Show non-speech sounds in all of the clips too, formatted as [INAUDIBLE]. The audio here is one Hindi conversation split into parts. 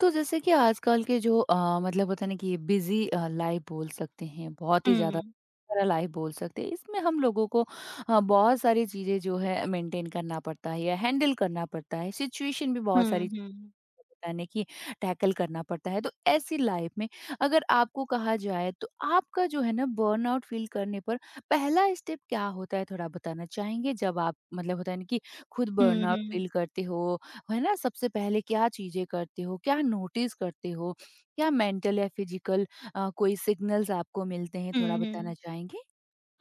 तो जैसे कि आजकल के जो मतलब होता है ना कि बिजी लाइफ बोल सकते हैं बहुत ही ज्यादा हुँ। लाइफ बोल सकते हैं। इसमें हम लोगों को बहुत सारी चीजें जो है मेंटेन करना पड़ता है या हैंडल करना पड़ता है, सिचुएशन भी बहुत हुँ, सारी हुँ। बताने की टैकल करना पड़ता है। तो ऐसी लाइफ में अगर आपको कहा जाए तो आपका जो है ना बर्नआउट फील करने पर पहला स्टेप क्या होता है, थोड़ा बताना चाहेंगे? जब आप मतलब होता है ना कि खुद हुँ, बर्नआउट हुँ। फील करते हो, है ना? सबसे पहले क्या चीज़ें करते हो? क्या नोटिस करते हो? क्या मेंटल या फिजिकल कोई सिग्नल्स आपको मिलते हैं, थोड़ा हुँ, बताना हुँ। चाहेंगे?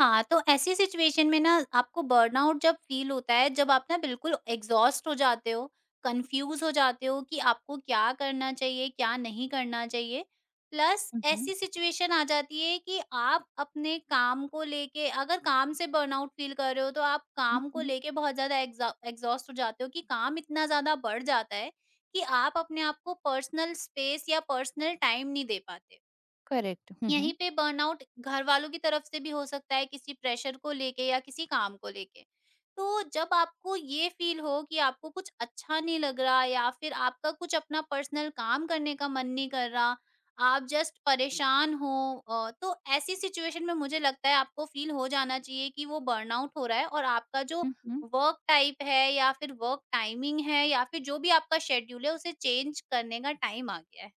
हाँ, तो ऐसी सिचुएशन में ना आपको बर्नआउट जब फ़ील होता है, जब आप ना बिल्कुल एग्ज़ॉस्ट हो जाते हो, कन्फ्यूज़ हो जाते हो कि आपको क्या करना चाहिए, क्या नहीं करना चाहिए। Plus hmm, hmm. ऐसी सिचुएशन आ जाती है कि आप अपने काम को लेके अगर काम से बर्नआउट फ़ील कर रहे हो, तो आप हुँ, काम को हुँ। लेके बहुत ज़्यादा एग्ज़ॉस्ट हो जाते हो कि काम इतना ज़्यादा बढ़ जाता है कि आप अपने आप को पर्सनल स्पेस या पर्सनल टाइम नहीं दे पाते। करेक्ट। Hmm, hmm. यहीं पे बर्नआउट घर वालों की तरफ से भी हो सकता है, किसी प्रेशर को लेके या किसी काम को लेके। तो जब आपको ये फील हो कि आपको कुछ अच्छा नहीं लग रहा या फिर आपका कुछ अपना पर्सनल काम करने का मन नहीं कर रहा, आप जस्ट परेशान हो। तो ऐसी सिचुएशन में मुझे लगता है आपको फील हो जाना चाहिए कि वो बर्नआउट हो रहा है, और आपका जो हुँ, हुँ। वर्क टाइप है या फिर वर्क टाइमिंग है या फिर जो भी आपका शेड्यूल है, उसे चेंज करने का टाइम आ गया है।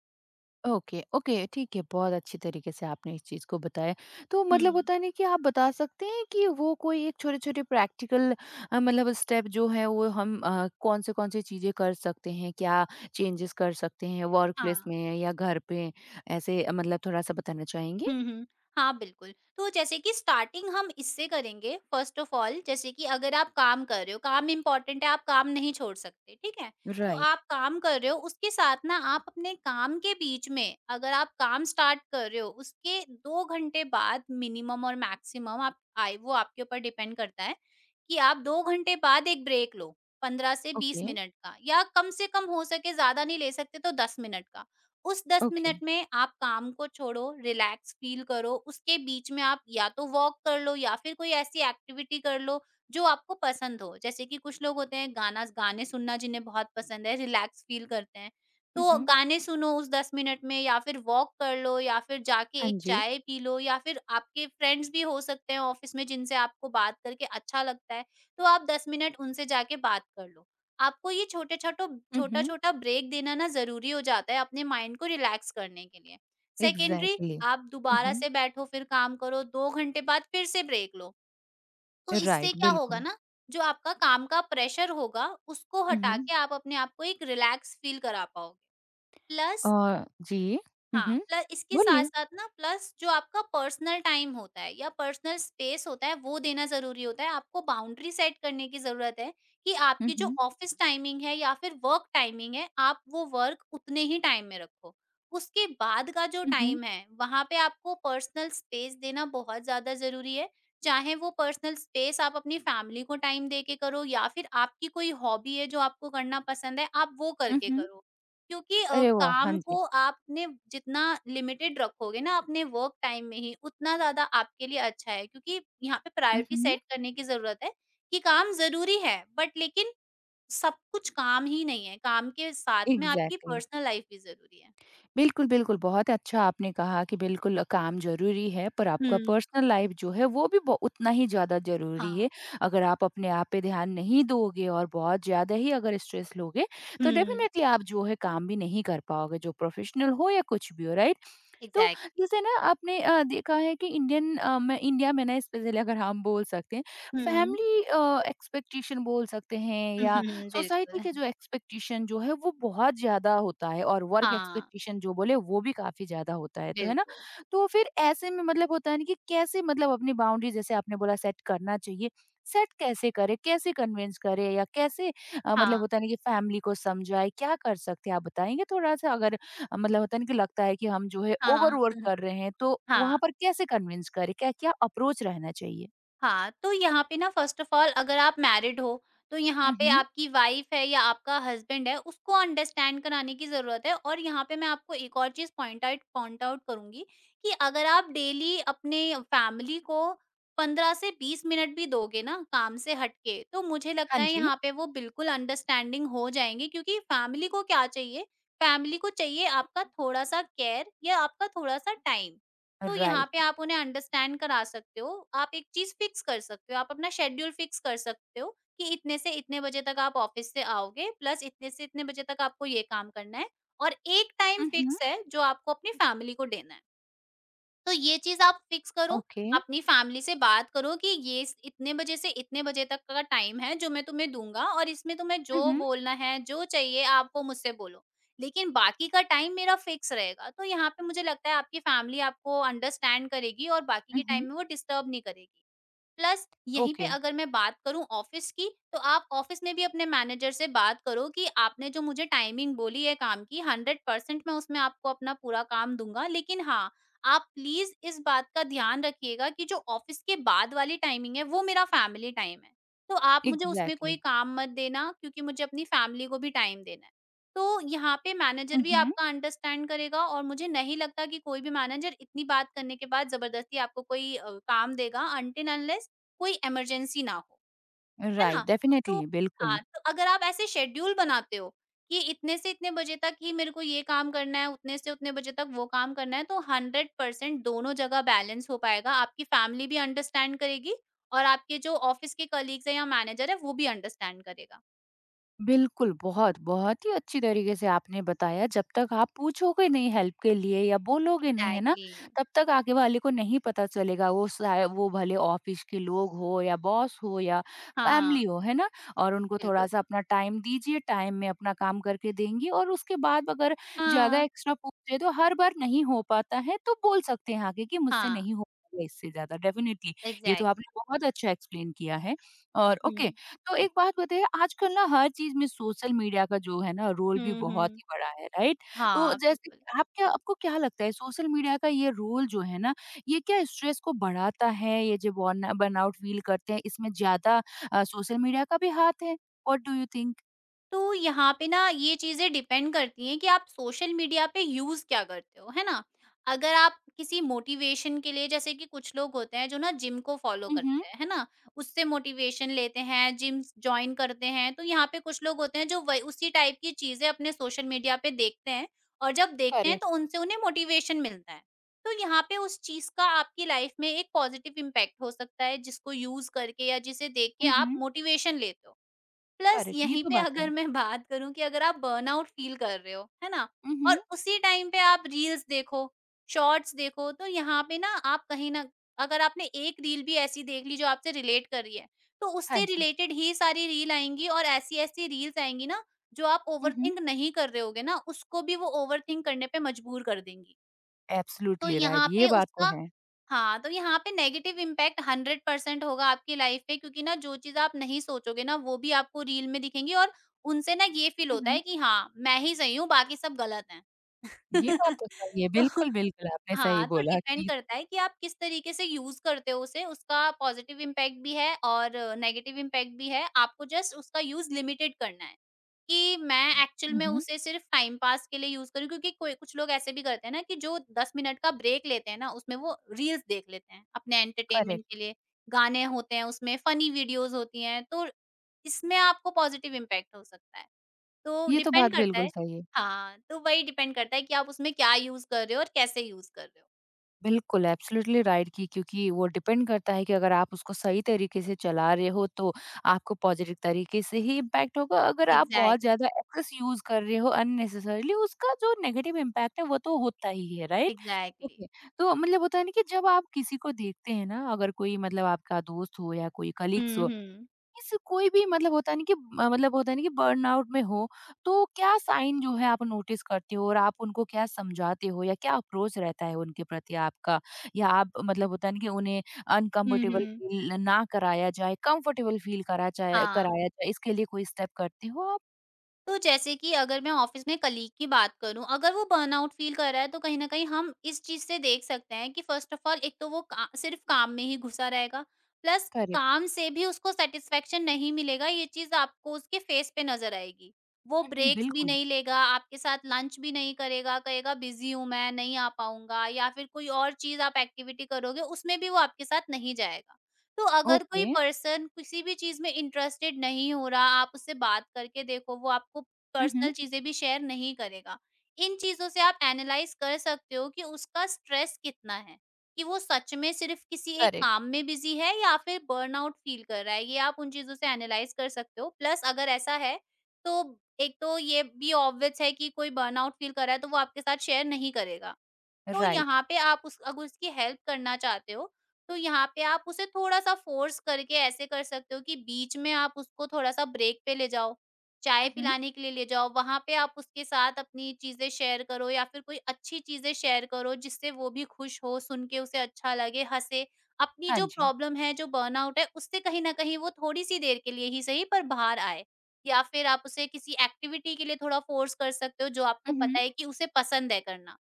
ओके, ओके, ठीक है, बहुत अच्छी तरीके से आपने इस चीज़ को बताया। तो मतलब हम्म। होता है ना कि आप बता सकते हैं कि वो कोई एक छोटे-छोटे प्रैक्टिकल मतलब स्टेप जो है वो हम कौन से-कौन से कौन सी चीज़ें कर सकते हैं? क्या चेंजेस कर सकते हैं वर्क प्लेस हाँ। में या घर पे? ऐसे मतलब थोड़ा-सा बताना चाहेंगे? हुँ, हुँ। हाँ, बिल्कुल। तो जैसे कि स्टार्टिंग हम इससे करेंगे, फ़र्स्ट ऑफ़ ऑल जैसे कि अगर आप काम कर रहे हो, काम इम्पोर्टेंट है, आप काम नहीं छोड़ सकते, ठीक है? तो राइट। आप काम कर रहे हो, उसके साथ ना आप अपने काम के बीच में, अगर आप काम स्टार्ट कर रहे हो, उसके 2 घंटे बाद मिनिमम और मैक्सिमम आप आए, वो आपके ऊपर डिपेंड करता है कि आप 2 घंटे बाद एक ब्रेक लो, 15 से ओके, 20 मिनट का, या कम से कम हो सके, ज़्यादा नहीं ले सकते तो 10 मिनट का। उस 10 ओके। मिनट में आप काम को छोड़ो, रिलैक्स फ़ील करो, उसके बीच में आप या तो वॉक कर लो या फिर कोई ऐसी एक्टिविटी कर लो जो आपको पसंद हो। जैसे कि कुछ लोग होते हैं गाना गाने सुनना जिन्हें बहुत पसंद है, रिलैक्स फ़ील करते हैं। हुँ, तो हुँ। गाने सुनो उस 10 मिनट में, या फिर वॉक कर लो, या फिर जाके हाँ एक जी। चाय पी लो, या फिर आपके फ्रेंड्स भी हो सकते हैं ऑफ़िस में जिनसे आपको बात करके अच्छा लगता है, तो आप 10 मिनट उनसे जाके बात कर लो। आपको ये छोटे-छोटो हुँ, हुँ। छोटा-छोटा ब्रेक देना ना ज़रूरी हो जाता है अपने माइंड को रिलैक्स करने के लिए। Secondary, exactly. आप हुँ, दोबारा हुँ। से बैठो फिर काम करो, 2 घंटे बाद फिर से ब्रेक लो। तो इससे राइट, क्या होगा बिल्कुल। ना, जो आपका काम का प्रेशर होगा उसको हुँ, हटा हुँ। के आप अपने आप को एक रिलैक्स फील करा पाओगे। प्लस। जी। हुँ, हाँ, हुँ। प्ल इसके बोलिए। साथ-साथ ना, प्लस जो आपका पर्सनल टाइम होता है या पर्सनल स्पेस होता है, वो देना ज़रूरी होता है। आपको बाउंड्री सेट करने की ज़रूरत है कि हुँ, आपकी जो हुँ। ऑफ़िस टाइमिंग है या फिर वर्क टाइमिंग है, आप वो वर्क उतने ही टाइम में रखो। उसके बाद का जो हुँ, हुँ। टाइम है, वहाँ पे आपको पर्सनल स्पेस देना बहुत ज़्यादा ज़रूरी है। चाहे वो पर्सनल स्पेस आप अपनी फैमिली को टाइम दे के करो, या फिर आपकी कोई हॉबी है जो आपको करना पसंद है, आप वो हुँ, करके हुँ। करो। क्योंकि अरे वाह! हाँ काम जी। को आपने जितना लिमिटेड रखोगे ना अपने वर्क टाइम में ही, उतना ज़्यादा आपके लिए अच्छा है, क्योंकि यहाँ पे हुँ, प्रायोरिटी हुँ। सेट करने की ज़रूरत है कि काम ज़रूरी है बट लेकिन सब कुछ काम ही नहीं है, काम के साथ में आपकी एग्ज़ैक्टली। पर्सनल लाइफ भी ज़रूरी है। बिल्कुल, बिल्कुल, बहुत अच्छा आपने कहा कि बिल्कुल काम ज़रूरी है, पर आपका हुँ, पर्सनल लाइफ़ जो है वो भी ब उतना ही ज़्यादा ज़रूरी हाँ, है। अगर आप अपने आप पे ध्यान नहीं दोगे और बहुत ज़्यादा ही अगर स्ट्रेस लोगे, तो हुँ, डेफ़िनेटली आप जो है काम भी नहीं कर पाओगे, जो प्रोफ़ेशनल हो या कुछ भी हो, राइट? तो एग्ज़ैक्टली, जैसे ना आपने देखा है कि इंडियन में इंडिया में ना स्पेशली अगर हम बोल सकते हैं हुँ, फैमिली एक्सपेक्टेशन बोल सकते हैं हुँ, या हुँ, सोसाइटी के जो एक्सपेक्टेशन जो है वो बहुत ज़्यादा होता है और वर्क हाँ, एक्सपेक्टेशन जो बोले वो भी काफ़ी ज़्यादा होता है, तो है ना। बिल्कुल, तो फिर ऐसे में मतलब होता है ना कि कैसे मतलब अपनी बाउंड्री जैसे आपने बोला सेट करना चाहिए, सेट कैसे करे, कैसे कन्विंस करे या कैसे हाँ, मतलब होता है ना कि फैमिली को समझाए, क्या कर सकते हैं आप बताएंगे थोड़ा सा? अगर मतलब होता है ना कि लगता है कि हम जो है हाँ, ओवरवर्क [LAUGHS] कर रहे हैं, तो वहाँ हाँ। पर कैसे कन्विंस करें? क्या क्या अप्रोच रहना चाहिए? हाँ, तो यहाँ पे ना फ़र्स्ट ऑफ़ ऑल, अगर आप मैरिड हो, तो यहाँ हुँ, पे हुँ। आपकी वाइफ़ है या आपका हस्बैंड है, उसको अंडरस्टैंड कराने की ज़रूरत है, और यहाँ पे मैं आपको एक और चीज़ पॉइंट आउट करूँगी, कि अगर आप डेली अपने फैमिली को 15 से 20 मिनट भी दोगे ना काम से हट के, तो मुझे हाँ लगता है जी। यहाँ पे वो बिल्कुल अंडरस्टैंडिंग हो जाएँगे, क्योंकि फैमिली को क्या चाहिए, फैमिली को चाहिए आपका थोड़ा-सा केयर या आपका थोड़ा-सा टाइम। तो यहाँ राइट। पे आप उन्हें अंडरस्टैंड करा सकते हो। आप एक चीज़ फिक्स कर सकते हो, आप अपना शेड्यूल फिक्स कर सकते हो कि इतने से इतने बजे तक आप ऑफ़िस से आओगे, प्लस इतने से इतने बजे तक आपको ये काम करना है, और एक टाइम हुँ, हुँ। फिक्स है जो आपको अपनी फैमिली को देना है। तो ये चीज़ आप फिक्स करो, ओके। अपनी फैमिली से बात करो कि ये स इतने बजे से इतने बजे तक का टाइम है जो मैं तुम्हें दूँगा, और इसमें तुम्हें हुँ, जो हुँ। बोलना है, जो चाहिए आपको, मुझसे बोलो। लेकिन बाकी का टाइम मेरा फिक्स रहेगा। तो यहाँ पे मुझे लगता है आपकी फैमिली आपको अंडरस्टैंड करेगी और बाकी हुँ, के हुँ। टाइम में वो डिस्टर्ब नहीं करेगी। प्लस यहीं पे ओके। अगर मैं बात करूँ ऑफ़िस की, तो आप ऑफ़िस में भी अपने मैनेजर से बात करो कि आपने जो मुझे टाइमिंग बोली है काम की, 100% मैं उसमें आपको अपना पूरा काम दूँगा। लेकिन हाँ, आप प्लीज़ इस बात का ध्यान रखिएगा कि जो ऑफ़िस के बाद वाली टाइमिंग है, वो मेरा फैमिली टाइम है। तो आप मुझे उसमें कोई एग्ज़ैक्टली। काम मत देना, क्योंकि मुझे अपनी फैमिली को भी टाइम देना है। तो यहाँ पे हुँ, मैनेजर भी हुँ। आपका अंडरस्टैंड करेगा, और मुझे नहीं लगता कि कोई भी मैनेजर इतनी बात करने के बाद ज़बरदस्ती आपको कोई काम देगा अनटिल अनलेस कोई इमरजेंसी ना हो, है राइट, ना? तो डेफ़िनेटली, बिल्कुल। हाँ, तो अगर आप ऐसे शेड्यूल बनाते हो कि इतने से इतने बजे तक ही मेरे को ये काम करना है, उतने से उतने बजे तक वो काम करना है, तो 100% दोनों जगह बैलेंस हो पाएगा। आपकी फैमिली भी अंडरस्टैंड करेगी, और आपके जो ऑफिस के कलीग्स हैं या मैनेजर है, वो भी अंडरस्टैंड करेगा। बिल्कुल, बहुत, बहुत ही अच्छी तरीके से आपने बताया, जब तक आप पूछोगे नहीं हेल्प के लिए या बोलोगे नहीं, है ना? एग्ज़ैक्टली। तब तक आगे वाले को नहीं पता चलेगा, वो शाय वो भले ऑफ़िस के लोग हो या बॉस हो या हाँ, फैमिली हो, है ना? और उनको बिल्कुल। थोड़ा-सा अपना टाइम दीजिए, टाइम में अपना काम करके देंगे और उसके बाद अगर ज़्यादा हाँ, एक्स्ट्रा पूछे तो हर बार नहीं हो पाता है, तो बोल सकते हैं आगे कि मुझसे हाँ, नहीं हो पाएगा इससे ज़्यादा, डेफ़िनिटली। ये तो एग्ज़ैक्टली। आपने बहुत अच्छा एक्सप्लेन किया है। और हुँ, ओके, तो एक बात बताइए, आजकल ना हर चीज़ में सोशल मीडिया का जो है ना रोल भी हुँ, बहुत हुँ। ही बड़ा है, राइट? तो हाँ, जैसे बिल्कुल। कि आप क्या आपको क्या लगता है, सोशल मीडिया का ये रोल जो है ना, ये क्या स्ट्रेस को बढ़ाता है? ये जो बर्नआउट फ़ील करते हैं इसमें ज़्यादा सोशल मीडिया का भी हाथ है? What do you think? तो यहाँ पे ना ये चीज़ें डिपेंड करती हैं कि आप सोशल मीडिया पे यूज़ क्या करते हो, है ना? अगर आप किसी मोटिवेशन के लिए, जैसे कि कुछ लोग होते हैं जो ना जिम को फॉलो हुँ, हुँ। करते हैं, है ना? उससे मोटिवेशन लेते हैं, जिम्स जॉइन करते हैं, तो यहाँ पे कुछ लोग होते हैं जो वही उसी टाइप की चीज़ें अपने सोशल मीडिया पे देखते हैं, और जब देखते हैं तो करेक्ट। उनसे उन्हें मोटिवेशन मिलता है। तो यहाँ पे उस चीज़ का आपकी लाइफ़ में एक पॉज़िटिव इम्पैक्ट हो सकता है, जिसको यूज़ करके या जिसे देख के हुँ, आप हुँ। मोटिवेशन लेते हो। प्लस करेक्ट, ये यहीं तो पे बात है। अगर मैं बात करूँ कि अगर आप बर्नआउट फ़ील कर रहे हो, है ना? हुँ, और हुँ। उसी टाइम पे आप रील्स देखो, शॉर्ट्स देखो, तो यहाँ पे ना, आप कहीं न अगर आपने एक रील भी ऐसी देख ली जो आपसे रिलेट कर रही है, तो हाँ उससे जी। रिलेटेड ही सारी रील आएँगी, और ऐसी-ऐसी रील्स आएँगी ना, जो आप हुँ, हुँ। ओवरथिंक नहीं कर रहे होगे ना, उसको भी वो ओवरथिंक करने पे मजबूर कर देंगी। तो एब्सोल्युटली राइट, यहाँ ये पे बात तो उसका है। हाँ, तो यहाँ पे नेगेटिव इम्पैक्ट 100% होगा आपकी लाइफ पे, क्योंकि ना जो चीज़ आप नहीं सोचोगे ना, वो भी आपको रील में दिखेंगी, और उनसे ना ये फ़ील हुँ, होता हुँ। है कि हाँ, मैं ही सही हूँ, बाकी सब गलत हैं। ये बात [LAUGHS] तो सही है। तो बिल्कुल, बिल्कुल आपने सही हाँ, तो बोला डिपेंड कि करता है कि आप किस तरीके से यूज़ करते हो उसे, उसका पॉज़िटिव इम्पैक्ट भी है और नेगेटिव इम्पैक्ट भी है, आपको जस्ट उसका यूज़ लिमिटेड करना है। कि मैं एक्चुअल हुँ, में हुँ। उसे सिर्फ टाइम पास के लिए यूज़ करूँ, क्योंकि कोई कुछ लोग ऐसे भी करते हैं ना कि जो 10 मिनट का ब्रेक लेते हैं ना, उसमें वो रील्स देख लेते हैं अपने करेक्ट। एंटरटेनमेंट के लिए। गाने होते हैं उसमें, फनी वीडियोज़ होती हैं, तो इसमें आपको पॉज़िटिव इम्पैक्ट हो सकता है। तो ये तो डिपेंड बात करता बिल्कुल है सही है। हाँ, तो वही डिपेंड करता है कि आप उसमें क्या यूज़ कर रहे हो और कैसे यूज़ कर रहे हो। बिल्कुल, एब्सोल्युटली राइट कि क्योंकि वो डिपेंड करता है कि अगर आप उसको सही तरीके से चला रहे हो, तो आपको पॉज़िटिव तरीके से ही इम्पैक्ट होगा। अगर आप बहुत एग्ज़ैक्टली, ज़्यादा एक्सेस यूज़ कर रहे हो अननेसेसरीली, उसका जो नेगेटिव इम्पैक्ट है, वो तो होता ही है, राइट? एग्ज़ैक्टली। ओके, तो मतलब होता है ना कि जब आप किसी को देखते हैं ना, अगर कोई मतलब आपका दोस्त हो या कोई कलीग्स हुँ, हो, हुँ। इस कोई भी मतलब होता नहीं कि मतलब होता नहीं कि बर्नआउट में हो, तो क्या साइन जो है आप नोटिस करते हो और आप उनको क्या समझाते हो या क्या अप्रोच रहता है उनके प्रति आपका? या आप मतलब होता नहीं कि उन्हें हुँ, अनकम्फर्टेबल हुँ। फ़ील ना कराया जाए, कंफर्टेबल फ़ील करा जाए हाँ। कराया जाए, इसके लिए कोई स्टेप करते हो आप? तो जैसे कि अगर मैं ऑफिस में कलीग की बात करूं, अगर वो बर्नआउट फील कर रहा है, तो कहीं ना कहीं हम इस चीज से देख सकते हैं कि फर्स्ट ऑफ ऑल एक तो वो सिर्फ काम में ही घुसा रहेगा। Plus correct. काम से भी उसको सेटिस्फेक्शन नहीं मिलेगा, ये चीज आपको उसके फेस पे नजर आएगी। वो हुँ, हुँ, ब्रेक्स भी बिल्कुल। नहीं लेगा, आपके साथ लंच भी नहीं करेगा, कहेगा बिजी हूं, मैं नहीं आ पाऊंगा, या फिर कोई और चीज आप एक्टिविटी करोगे उसमें भी वो आपके साथ नहीं जाएगा। तो अगर कोई ओके। पर्सन किसी भी चीज़ में इंटरेस्टेड नहीं हो रहा, आप उससे बात करके देखो, वो आपको हुँ, हुँ, पर्सनल चीज़ें भी शेयर नहीं करेगा। इन चीज़ों से आप एनालाइज़ कर सकते हो कि उसका स्ट्रेस कितना है, कि वो सच में सिर्फ़ किसी एक करेक्ट, काम में बिज़ी है या फिर बर्नआउट फ़ील कर रहा है, ये आप उन चीज़ों से एनालाइज़ कर सकते हो। प्लस अगर ऐसा है, तो एक तो ये भी ऑब्वियस है कि कोई बर्नआउट फ़ील कर रहा है, तो वो आपके साथ शेयर नहीं करेगा। तो राइट। यहाँ पे आप उस अगर उसकी हेल्प करना चाहते हो, तो यहाँ पे आप उसे थोड़ा-सा फ़ोर्स करके ऐसे कर सकते हो कि बीच में आप उसको थोड़ा-सा ब्रेक पे ले जाओ, चाय हुँ, हुँ, पिलाने के लिए ले जाओ, वहाँ पे आप उसके साथ अपनी चीज़ें शेयर करो या फिर कोई अच्छी चीज़ें शेयर करो जिससे वो भी खुश हो, सुन के उसे अच्छा लगे, हँसे। अपनी हाँ जो जी। प्रॉब्लम है, जो बर्नआउट है, उससे कहीं न कहीं वो थोड़ी-सी देर के लिए ही सही पर बाहर आए। या फिर आप उसे किसी एक्टिविटी के लिए थोड़ा फ़ोर्स कर सकते हो जो आपको हुँ, हुँ, पता है कि उसे पसंद है करना।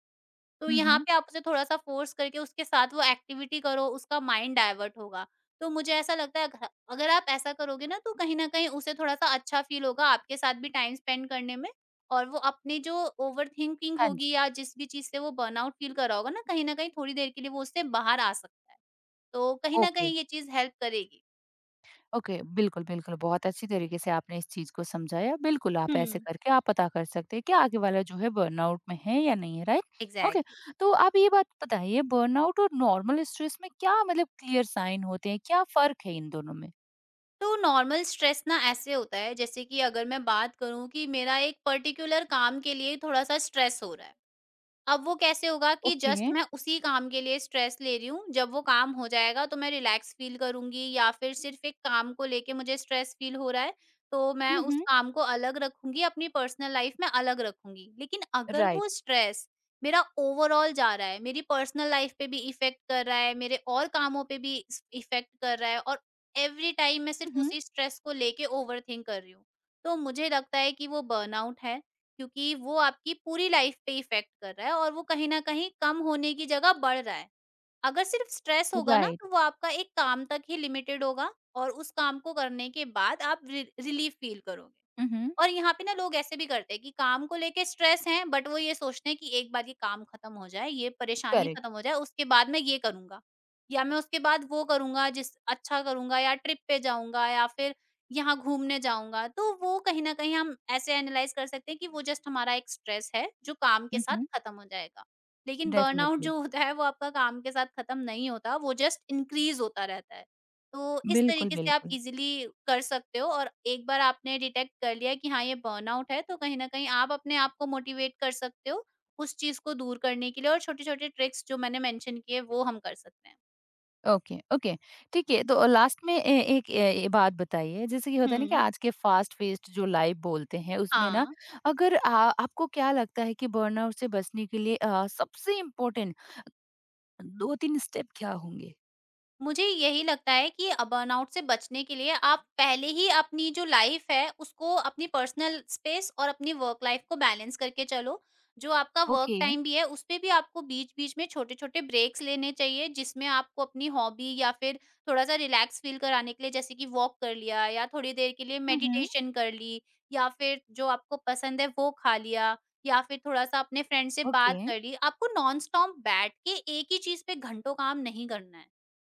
तो हुँ, यहाँ हुँ, पे आप उसे थोड़ा-सा फ़ोर्स करके उसके साथ वो एक्टिविटी करो, उसका माइंड डायवर्ट होगा। तो मुझे ऐसा लगता है घ अगर आप ऐसा करोगे ना, तो कहीं न कहीं उसे थोड़ा-सा अच्छा फ़ील होगा आपके साथ भी टाइम स्पेंड करने में, और वो अपनी जो ओवरथिंकिंग हाँ जी, होगी या जिस भी चीज़ से वो बर्नआउट फ़ील कर रहा होगा ना, कहीं न कहीं थोड़ी देर के लिए वो उससे बाहर आ सकता है। तो कहीं न ओके। कहीं ये चीज़ हेल्प करेगी। ओके, बिल्कुल, बिल्कुल, बहुत अच्छी तरीके से आपने इस चीज़ को समझाया। बिल्कुल, आप ऐसे हुँ, करके आप पता कर सकते हैं कि आगे वाला जो है बर्नआउट में है या नहीं है, राइट? Okay, exactly. तो आप ये बात बताइए, बर्नआउट और नॉर्मल स्ट्रेस में क्या मतलब क्लियर साइन होते हैं? क्या फ़र्क है इन दोनों में? तो नॉर्मल स्ट्रेस ना ऐसे होता है जैसे कि अगर मैं बात करूँ कि मेरा एक पर्टिकुलर काम के लिए थोड़ा-सा स्ट्रेस हो रहा है। अब वो कैसे होगा कि ओके, जस्ट मैं उसी काम के लिए स्ट्रेस ले रही हूँ, जब वो काम हो जाएगा तो मैं रिलैक्स फ़ील करूँगी। या फिर सिर्फ़ एक काम को लेके मुझे स्ट्रेस फ़ील हो रहा है, तो मैं हुँ, उस हुँ, काम को अलग रखूँगी, अपनी पर्सनल लाइफ़ में अलग रखूँगी। लेकिन अगर राइट, वो स्ट्रेस मेरा ओवरऑल जा रहा है, मेरी पर्सनल लाइफ़ पे भी इफ़ेक्ट कर रहा है, मेरे और कामों पे भी इस इफ़ेक्ट कर रहा है, और एवरी टाइम मैं हुँ, सिर्फ़ हुँ, उसी स्ट्रेस को लेके ओवरथिंक कर रही हूँ, तो मुझे लगता है कि वो बर्नआउट है। क्योंकि वो आपकी पूरी लाइफ पे इफ़ेक्ट कर रहा है और वो कहीं न कहीं कम होने की जगह बढ़ रहा है। अगर सिर्फ़ स्ट्रेस होगा ना, राइट, तो वो आपका एक काम तक ही लिमिटेड होगा, और उस काम को करने के बाद आप रि रिलीफ़ फ़ील करोगे। हुँ, हुँ, और यहाँ पे ना लोग ऐसे भी करते हैं कि काम को लेके स्ट्रेस हैं, बट वो ये सोचते हैं कि एक बार ये काम खत्म हो जाए, ये परेशानी करेक्ट, खत्म हो जाए, उसके बाद मैं ये करूँगा या मैं उसके बाद वो करूँगा जिस अच्छा करूँगा या ट्रिप पे जाऊँगा या फिर यहाँ घूमने जाऊँगा। तो वो कहीं न कहीं हम ऐसे एनालाइज़ कर सकते हैं कि वो जस्ट हमारा एक स्ट्रेस है जो काम के हुँ, साथ हुँ, खत्म हो जाएगा। लेकिन बर्नआउट डेफ़िनिटली, जो होता है, वो आपका काम के साथ खत्म नहीं होता, वो जस्ट इंक्रीज़ होता रहता है। तो इस बिल्कुल, तरीके से आप बिल्कुल। इज़िली कर सकते हो, और एक बार आपने डिटेक्ट कर लिया कि हाँ, ये बर्नआउट है, तो कहीं न कहीं आप अपने आप को मोटिवेट कर सकते हो, उस चीज़ को दूर करने के लिए। और छोटे-छोटे ट्रिक्स जो मैंने मेंशन किए, वो हम कर सकते हैं। ओके, ओके, ठीक है। तो लास्ट में ए एक ए ए बात बताइए, जैसे कि होता है ना कि हुँ। आज के फ़ास्ट-पेस्ड जो लाइफ़ बोलते हैं, उसमें ना हाँ। अगर आ आपको क्या लगता है कि बर्नआउट से बचने के लिए सबसे इम्पोर्टेंट 2-3 स्टेप क्या होंगे? मुझे यही लगता है कि बर्नआउट से बचने के लिए आप पहले ही अपनी जो लाइफ है उसको अपनी पर्सनल स्पेस और अपनी वर्क लाइफ को बैलेंस करके चलो। जो आपका वर्क ओके, टाइम भी है, उस पे भी आपको बीच-बीच में छोटे-छोटे ब्रेक्स लेने चाहिए, जिसमें आपको अपनी हॉबी या फिर थोड़ा-सा रिलैक्स फ़ील कराने के लिए जैसे कि वॉक कर लिया, या थोड़ी देर के लिए हुँ, हुँ, मेडिटेशन कर ली, या फिर जो आपको पसंद है वो खा लिया, या फिर थोड़ा-सा अपने फ्रेंड से ओके, बात कर ली। आपको नॉन स्टॉप बैठ के एक ही चीज़ पे घंटों काम नहीं करना है।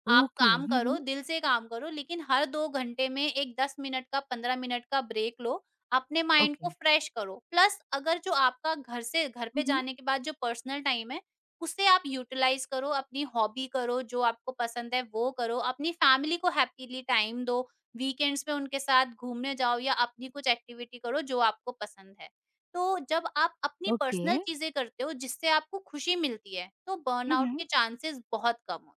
आप ओके, काम हुँ, हुँ, करो, दिल से काम करो, लेकिन हर 2 घंटे में एक 10 मिनट का, 15 मिनट का ब्रेक लो, अपने माइंड ओके, को फ्रेश करो। प्लस अगर जो आपका घर से घर हुँ, पे हुँ, जाने के बाद जो पर्सनल टाइम है, उसे आप यूटिलाइज़ करो, अपनी हॉबी करो, जो आपको पसंद है वो करो, अपनी फैमिली को हैपीली टाइम दो, वीकेंड्स में उनके साथ घूमने जाओ या अपनी कुछ एक्टिविटी करो जो आपको पसंद है। तो जब आप अपनी ओके, पर्सनल चीज़ें करते हो जिससे आपको खुशी मिलती है, तो हुँ, बर्नआउट हुँ। के चांसेस बहुत कम होते हैं।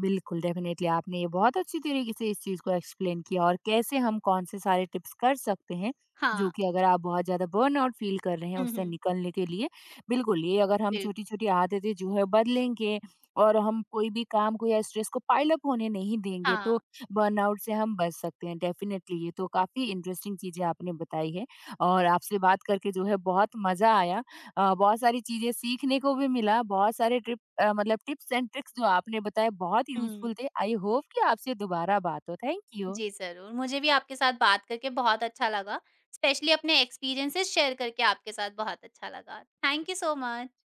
बिल्कुल, डेफ़िनेटली आपने ये बहुत अच्छी तरीके से इस चीज़ को एक्सप्लेन किया और कैसे हम कौन-से सारे टिप्स कर सकते हैं, जो हाँ। कि अगर आप बहुत ज़्यादा बर्नआउट फ़ील कर रहे हैं, हुँ, उससे हुँ। निकलने के लिए। बिल्कुल, ये अगर हम बिल छोटी-छोटी आदतें जो है बदलेंगे और हम कोई भी काम को या स्ट्रेस को पाइल अप होने नहीं देंगे, तो हाँ। बर्नआउट से हम बच सकते हैं। डेफ़िनेटली ये तो काफ़ी इंटरेस्टिंग चीज़ें आपने बताई है और आपसे बात करके जो है बहुत मज़ा आया। बहुत सारी चीज़ें सीखने को भी मिला, बहुत सारे टिप्स मतलब टिप्स एंड ट्रिक्स जो आपने बताए बहुत हुँ। यूजफुल थे। आई होप कि आपसे दोबारा बात हो। Thank you. जी, ज़रूर। मुझे भी आपके साथ बात करके बहुत अच्छा लगा। स्पेशली अपने एक्सपीरियंसेस शेयर करके आपके साथ बहुत अच्छा लगा। Thank you so much.